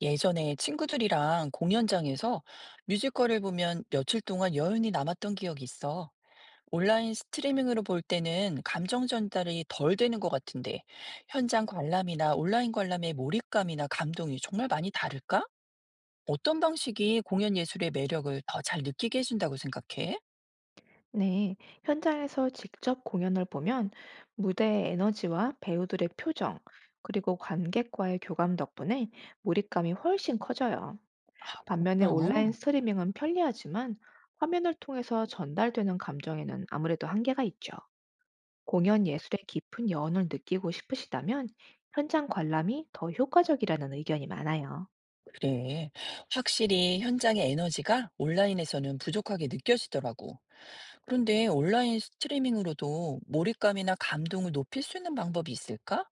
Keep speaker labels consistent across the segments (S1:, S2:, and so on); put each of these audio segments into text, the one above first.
S1: 예전에 친구들이랑 공연장에서 뮤지컬을 보면 며칠 동안 여운이 남았던 기억이 있어. 온라인 스트리밍으로 볼 때는 감정 전달이 덜 되는 것 같은데, 현장 관람이나 온라인 관람의 몰입감이나 감동이 정말 많이 다를까? 어떤 방식이 공연 예술의 매력을 더 잘 느끼게 해준다고 생각해?
S2: 네, 현장에서 직접 공연을 보면 무대의 에너지와 배우들의 표정, 그리고 관객과의 교감 덕분에 몰입감이 훨씬 커져요. 반면에 온라인
S1: 어,
S2: 스트리밍은 편리하지만 화면을 통해서 전달되는 감정에는 아무래도 한계가 있죠. 공연 예술의 깊은 여운을 느끼고 싶으시다면 현장 관람이 더 효과적이라는 의견이 많아요.
S1: 그래. 확실히 현장의 에너지가 온라인에서는 부족하게 느껴지더라고. 그런데 온라인 스트리밍으로도 몰입감이나 감동을 높일 수 있는 방법이 있을까?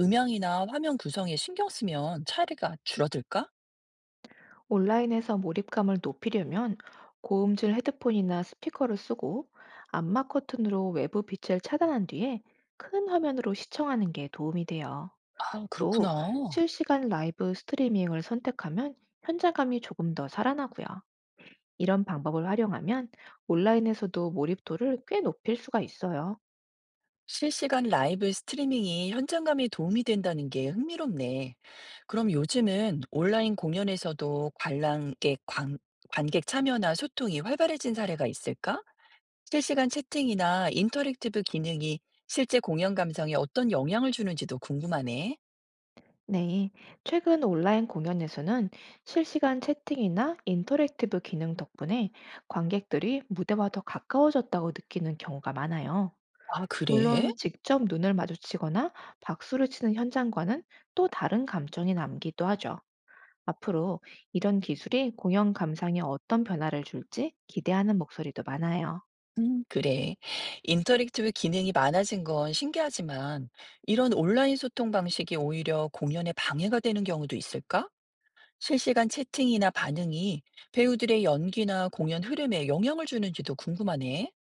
S1: 음향이나 화면 구성에 신경 쓰면 차이가 줄어들까?
S2: 온라인에서 몰입감을 높이려면 고음질 헤드폰이나 스피커를 쓰고 암막 커튼으로 외부 빛을 차단한 뒤에 큰 화면으로 시청하는 게 도움이 돼요.
S1: 아, 그렇구나.
S2: 또 실시간 라이브 스트리밍을 선택하면 현장감이 조금 더 살아나고요. 이런 방법을 활용하면 온라인에서도 몰입도를 꽤 높일 수가 있어요.
S1: 실시간 라이브 스트리밍이 현장감에 도움이 된다는 게 흥미롭네. 그럼 요즘은 온라인 공연에서도 관객 참여나 소통이 활발해진 사례가 있을까? 실시간 채팅이나 인터랙티브 기능이 실제 공연 감성에 어떤 영향을 주는지도 궁금하네.
S2: 네, 최근 온라인 공연에서는 실시간 채팅이나 인터랙티브 기능 덕분에 관객들이 무대와 더 가까워졌다고 느끼는 경우가 많아요.
S1: 아, 그래?
S2: 물론 직접 눈을 마주치거나 박수를 치는 현장과는 또 다른 감정이 남기도 하죠. 앞으로 이런 기술이 공연 감상에 어떤 변화를 줄지 기대하는 목소리도 많아요.
S1: 그래. 인터랙티브 기능이 많아진 건 신기하지만, 이런 온라인 소통 방식이 오히려 공연에 방해가 되는 경우도 있을까? 실시간 채팅이나 반응이 배우들의 연기나 공연 흐름에 영향을 주는지도 궁금하네.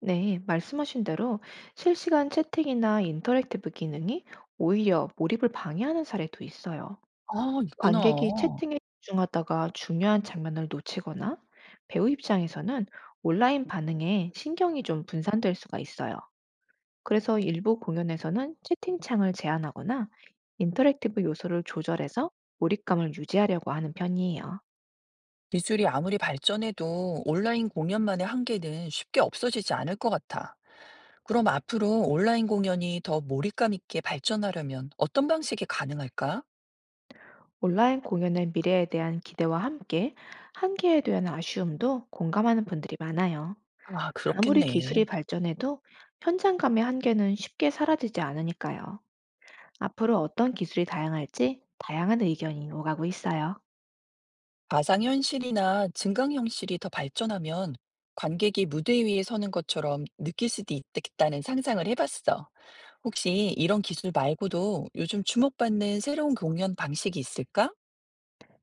S2: 네, 말씀하신 대로 실시간 채팅이나 인터랙티브 기능이 오히려 몰입을 방해하는 사례도 있어요.
S1: 아, 있구나.
S2: 관객이 채팅에 집중하다가 중요한 장면을 놓치거나 배우 입장에서는 온라인 반응에 신경이 좀 분산될 수가 있어요. 그래서 일부 공연에서는 채팅창을 제한하거나 인터랙티브 요소를 조절해서 몰입감을 유지하려고 하는 편이에요.
S1: 기술이 아무리 발전해도 온라인 공연만의 한계는 쉽게 없어지지 않을 것 같아. 그럼 앞으로 온라인 공연이 더 몰입감 있게 발전하려면 어떤 방식이 가능할까?
S2: 온라인 공연의 미래에 대한 기대와 함께 한계에 대한 아쉬움도 공감하는 분들이 많아요.
S1: 아,
S2: 아무리
S1: 그렇겠네.
S2: 기술이 발전해도 현장감의 한계는 쉽게 사라지지 않으니까요. 앞으로 어떤 기술이 다양할지 다양한 의견이 오가고 있어요.
S1: 가상현실이나 증강현실이 더 발전하면 관객이 무대 위에 서는 것처럼 느낄 수도 있겠다는 상상을 해봤어. 혹시 이런 기술 말고도 요즘 주목받는 새로운 공연 방식이 있을까?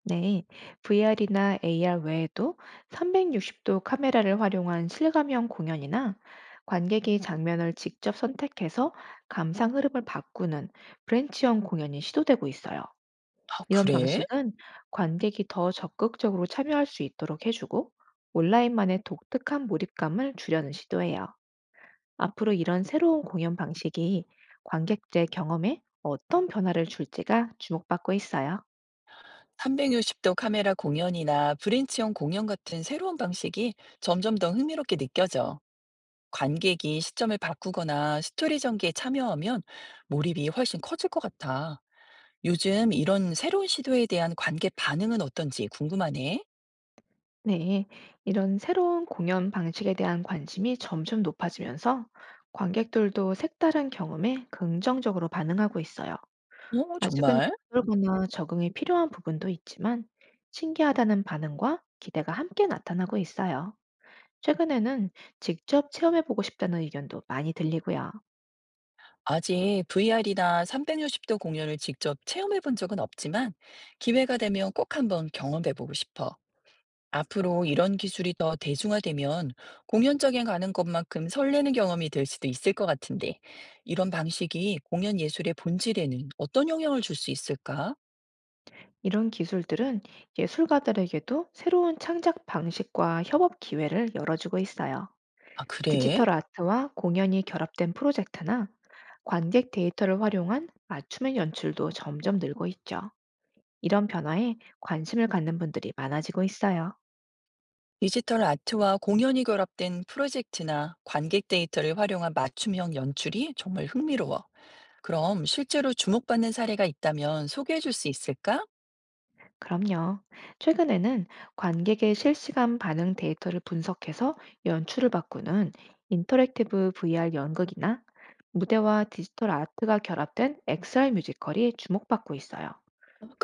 S2: 네, VR이나 AR 외에도 360도 카메라를 활용한 실감형 공연이나 관객이 장면을 직접 선택해서 감상 흐름을 바꾸는 브랜치형 공연이 시도되고 있어요.
S1: 아,
S2: 이런
S1: 그래?
S2: 방식은 관객이 더 적극적으로 참여할 수 있도록 해주고 온라인만의 독특한 몰입감을 주려는 시도예요. 앞으로 이런 새로운 공연 방식이 관객들의 경험에 어떤 변화를 줄지가 주목받고 있어요.
S1: 360도 카메라 공연이나 브랜치형 공연 같은 새로운 방식이 점점 더 흥미롭게 느껴져. 관객이 시점을 바꾸거나 스토리 전개에 참여하면 몰입이 훨씬 커질 것 같아. 요즘 이런 새로운 시도에 대한 관객 반응은 어떤지 궁금하네.
S2: 네, 이런 새로운 공연 방식에 대한 관심이 점점 높아지면서 관객들도 색다른 경험에 긍정적으로 반응하고 있어요.
S1: 어,
S2: 아직은
S1: 정말?
S2: 낯설거나 적응이 필요한 부분도 있지만 신기하다는 반응과 기대가 함께 나타나고 있어요. 최근에는 직접 체험해보고 싶다는 의견도 많이 들리고요.
S1: 아직 VR이나 360도 공연을 직접 체험해 본 적은 없지만 기회가 되면 꼭 한번 경험해 보고 싶어. 앞으로 이런 기술이 더 대중화되면 공연장에 가는 것만큼 설레는 경험이 될 수도 있을 것 같은데 이런 방식이 공연 예술의 본질에는 어떤 영향을 줄 수 있을까?
S2: 이런 기술들은 예술가들에게도 새로운 창작 방식과 협업 기회를 열어주고 있어요.
S1: 아, 그래?
S2: 디지털 아트와 공연이 결합된 프로젝트나 관객 데이터를 활용한 맞춤의 연출도 점점 늘고 있죠. 이런 변화에 관심을 갖는 분들이 많아지고 있어요.
S1: 디지털 아트와 공연이 결합된 프로젝트나 관객 데이터를 활용한 맞춤형 연출이 정말 흥미로워. 그럼 실제로 주목받는 사례가 있다면 소개해 줄 수 있을까?
S2: 그럼요. 최근에는 관객의 실시간 반응 데이터를 분석해서 연출을 바꾸는 인터랙티브 VR 연극이나 무대와 디지털 아트가 결합된 XR 뮤지컬이 주목받고 있어요.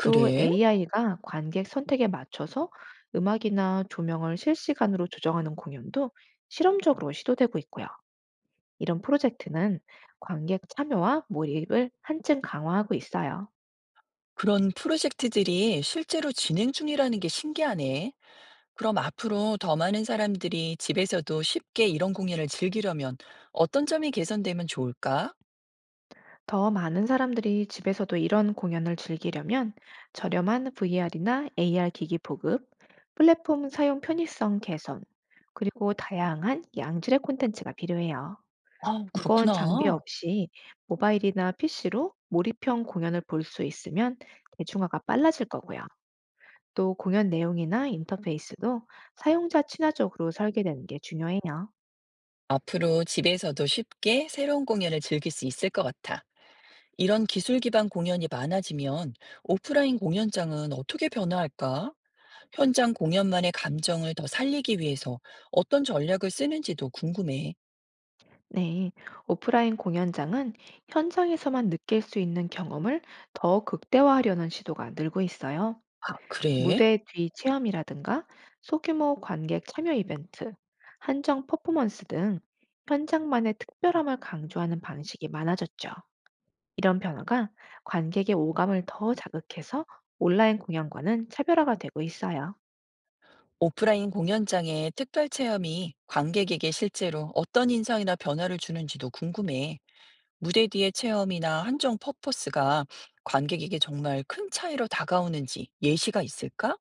S2: 또 AI가 관객 선택에 맞춰서 음악이나 조명을 실시간으로 조정하는 공연도 실험적으로 시도되고 있고요. 이런 프로젝트는 관객 참여와 몰입을 한층 강화하고 있어요.
S1: 그런 프로젝트들이 실제로 진행 중이라는 게 신기하네. 그럼 앞으로 더 많은 사람들이 집에서도 쉽게 이런 공연을 즐기려면 어떤 점이 개선되면 좋을까?
S2: 더 많은 사람들이 집에서도 이런 공연을 즐기려면 저렴한 VR이나 AR 기기 보급, 플랫폼 사용 편의성 개선, 그리고 다양한 양질의 콘텐츠가 필요해요.
S1: 아,
S2: 무거운 장비
S1: 그렇구나.
S2: 없이 모바일이나 PC로 몰입형 공연을 볼 수 있으면 대중화가 빨라질 거고요. 또 공연 내용이나 인터페이스도 사용자 친화적으로 설계되는 게 중요해요.
S1: 앞으로 집에서도 쉽게 새로운 공연을 즐길 수 있을 것 같아. 이런 기술 기반 공연이 많아지면 오프라인 공연장은 어떻게 변화할까? 현장 공연만의 감정을 더 살리기 위해서 어떤 전략을 쓰는지도 궁금해.
S2: 네, 오프라인 공연장은 현장에서만 느낄 수 있는 경험을 더 극대화하려는 시도가 늘고 있어요.
S1: 아, 그래?
S2: 무대 뒤 체험이라든가 소규모 관객 참여 이벤트, 한정 퍼포먼스 등 현장만의 특별함을 강조하는 방식이 많아졌죠. 이런 변화가 관객의 오감을 더 자극해서 온라인 공연과는 차별화가 되고 있어요.
S1: 오프라인 공연장의 특별 체험이 관객에게 실제로 어떤 인상이나 변화를 주는지도 궁금해. 무대 뒤의 체험이나 한정 퍼포스가 관객에게 정말 큰 차이로 다가오는지 예시가 있을까?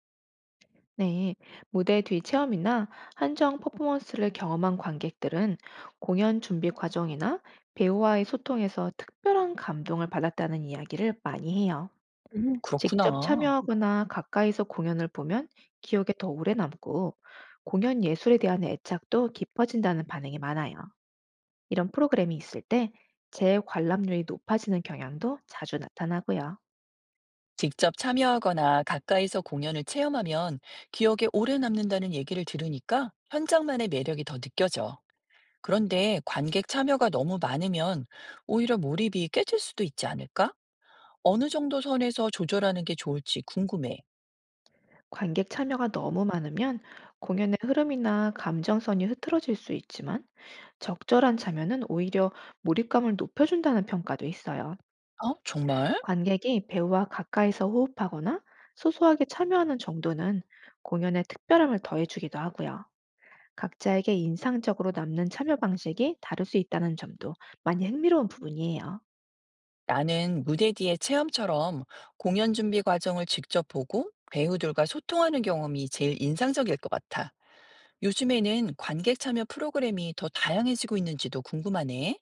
S2: 네, 무대 뒤 체험이나 한정 퍼포먼스를 경험한 관객들은 공연 준비 과정이나 배우와의 소통에서 특별한 감동을 받았다는 이야기를 많이 해요.
S1: 오,
S2: 직접
S1: 그렇구나.
S2: 참여하거나 가까이서 공연을 보면 기억에 더 오래 남고 공연 예술에 대한 애착도 깊어진다는 반응이 많아요. 이런 프로그램이 있을 때 재관람률이 높아지는 경향도 자주 나타나고요.
S1: 직접 참여하거나 가까이서 공연을 체험하면 기억에 오래 남는다는 얘기를 들으니까 현장만의 매력이 더 느껴져. 그런데 관객 참여가 너무 많으면 오히려 몰입이 깨질 수도 있지 않을까? 어느 정도 선에서 조절하는 게 좋을지 궁금해.
S2: 관객 참여가 너무 많으면 공연의 흐름이나 감정선이 흐트러질 수 있지만 적절한 자면은 오히려 몰입감을 높여준다는 평가도 있어요.
S1: 어? 정말?
S2: 관객이 배우와 가까이서 호흡하거나 소소하게 참여하는 정도는 공연의 특별함을 더해주기도 하고요. 각자에게 인상적으로 남는 참여 방식이 다를 수 있다는 점도 많이 흥미로운 부분이에요.
S1: 나는 무대 뒤의 체험처럼 공연 준비 과정을 직접 보고 배우들과 소통하는 경험이 제일 인상적일 것 같아. 요즘에는 관객 참여 프로그램이 더 다양해지고 있는지도 궁금하네.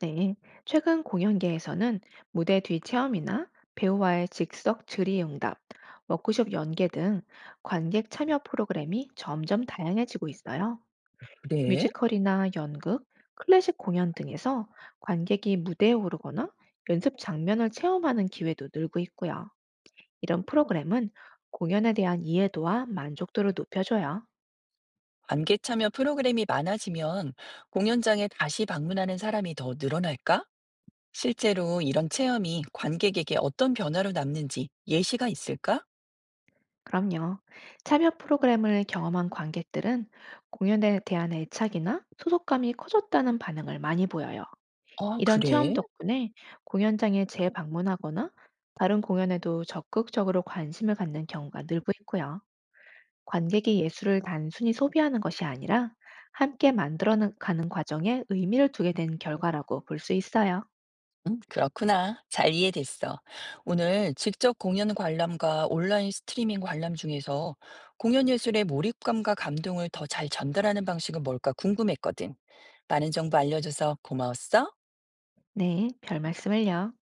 S2: 네. 최근 공연계에서는 무대 뒤 체험이나 배우와의 즉석 질의응답, 워크숍 연계 등 관객 참여 프로그램이 점점 다양해지고 있어요.
S1: 그래?
S2: 뮤지컬이나 연극, 클래식 공연 등에서 관객이 무대에 오르거나 연습 장면을 체험하는 기회도 늘고 있고요. 이런 프로그램은 공연에 대한 이해도와 만족도를 높여줘요.
S1: 관객 참여 프로그램이 많아지면 공연장에 다시 방문하는 사람이 더 늘어날까? 실제로 이런 체험이 관객에게 어떤 변화로 남는지 예시가 있을까?
S2: 그럼요. 참여 프로그램을 경험한 관객들은 공연에 대한 애착이나 소속감이 커졌다는 반응을 많이 보여요.
S1: 아,
S2: 이런 체험
S1: 그래?
S2: 덕분에 공연장에 재방문하거나 다른 공연에도 적극적으로 관심을 갖는 경우가 늘고 있고요. 관객이 예술을 단순히 소비하는 것이 아니라 함께 만들어 가는 과정에 의미를 두게 된 결과라고 볼 수 있어요.
S1: 응, 그렇구나. 잘 이해됐어. 오늘 직접 공연 관람과 온라인 스트리밍 관람 중에서 공연 예술의 몰입감과 감동을 더 잘 전달하는 방식은 뭘까 궁금했거든. 많은 정보 알려줘서 고마웠어.
S2: 네, 별 말씀을요.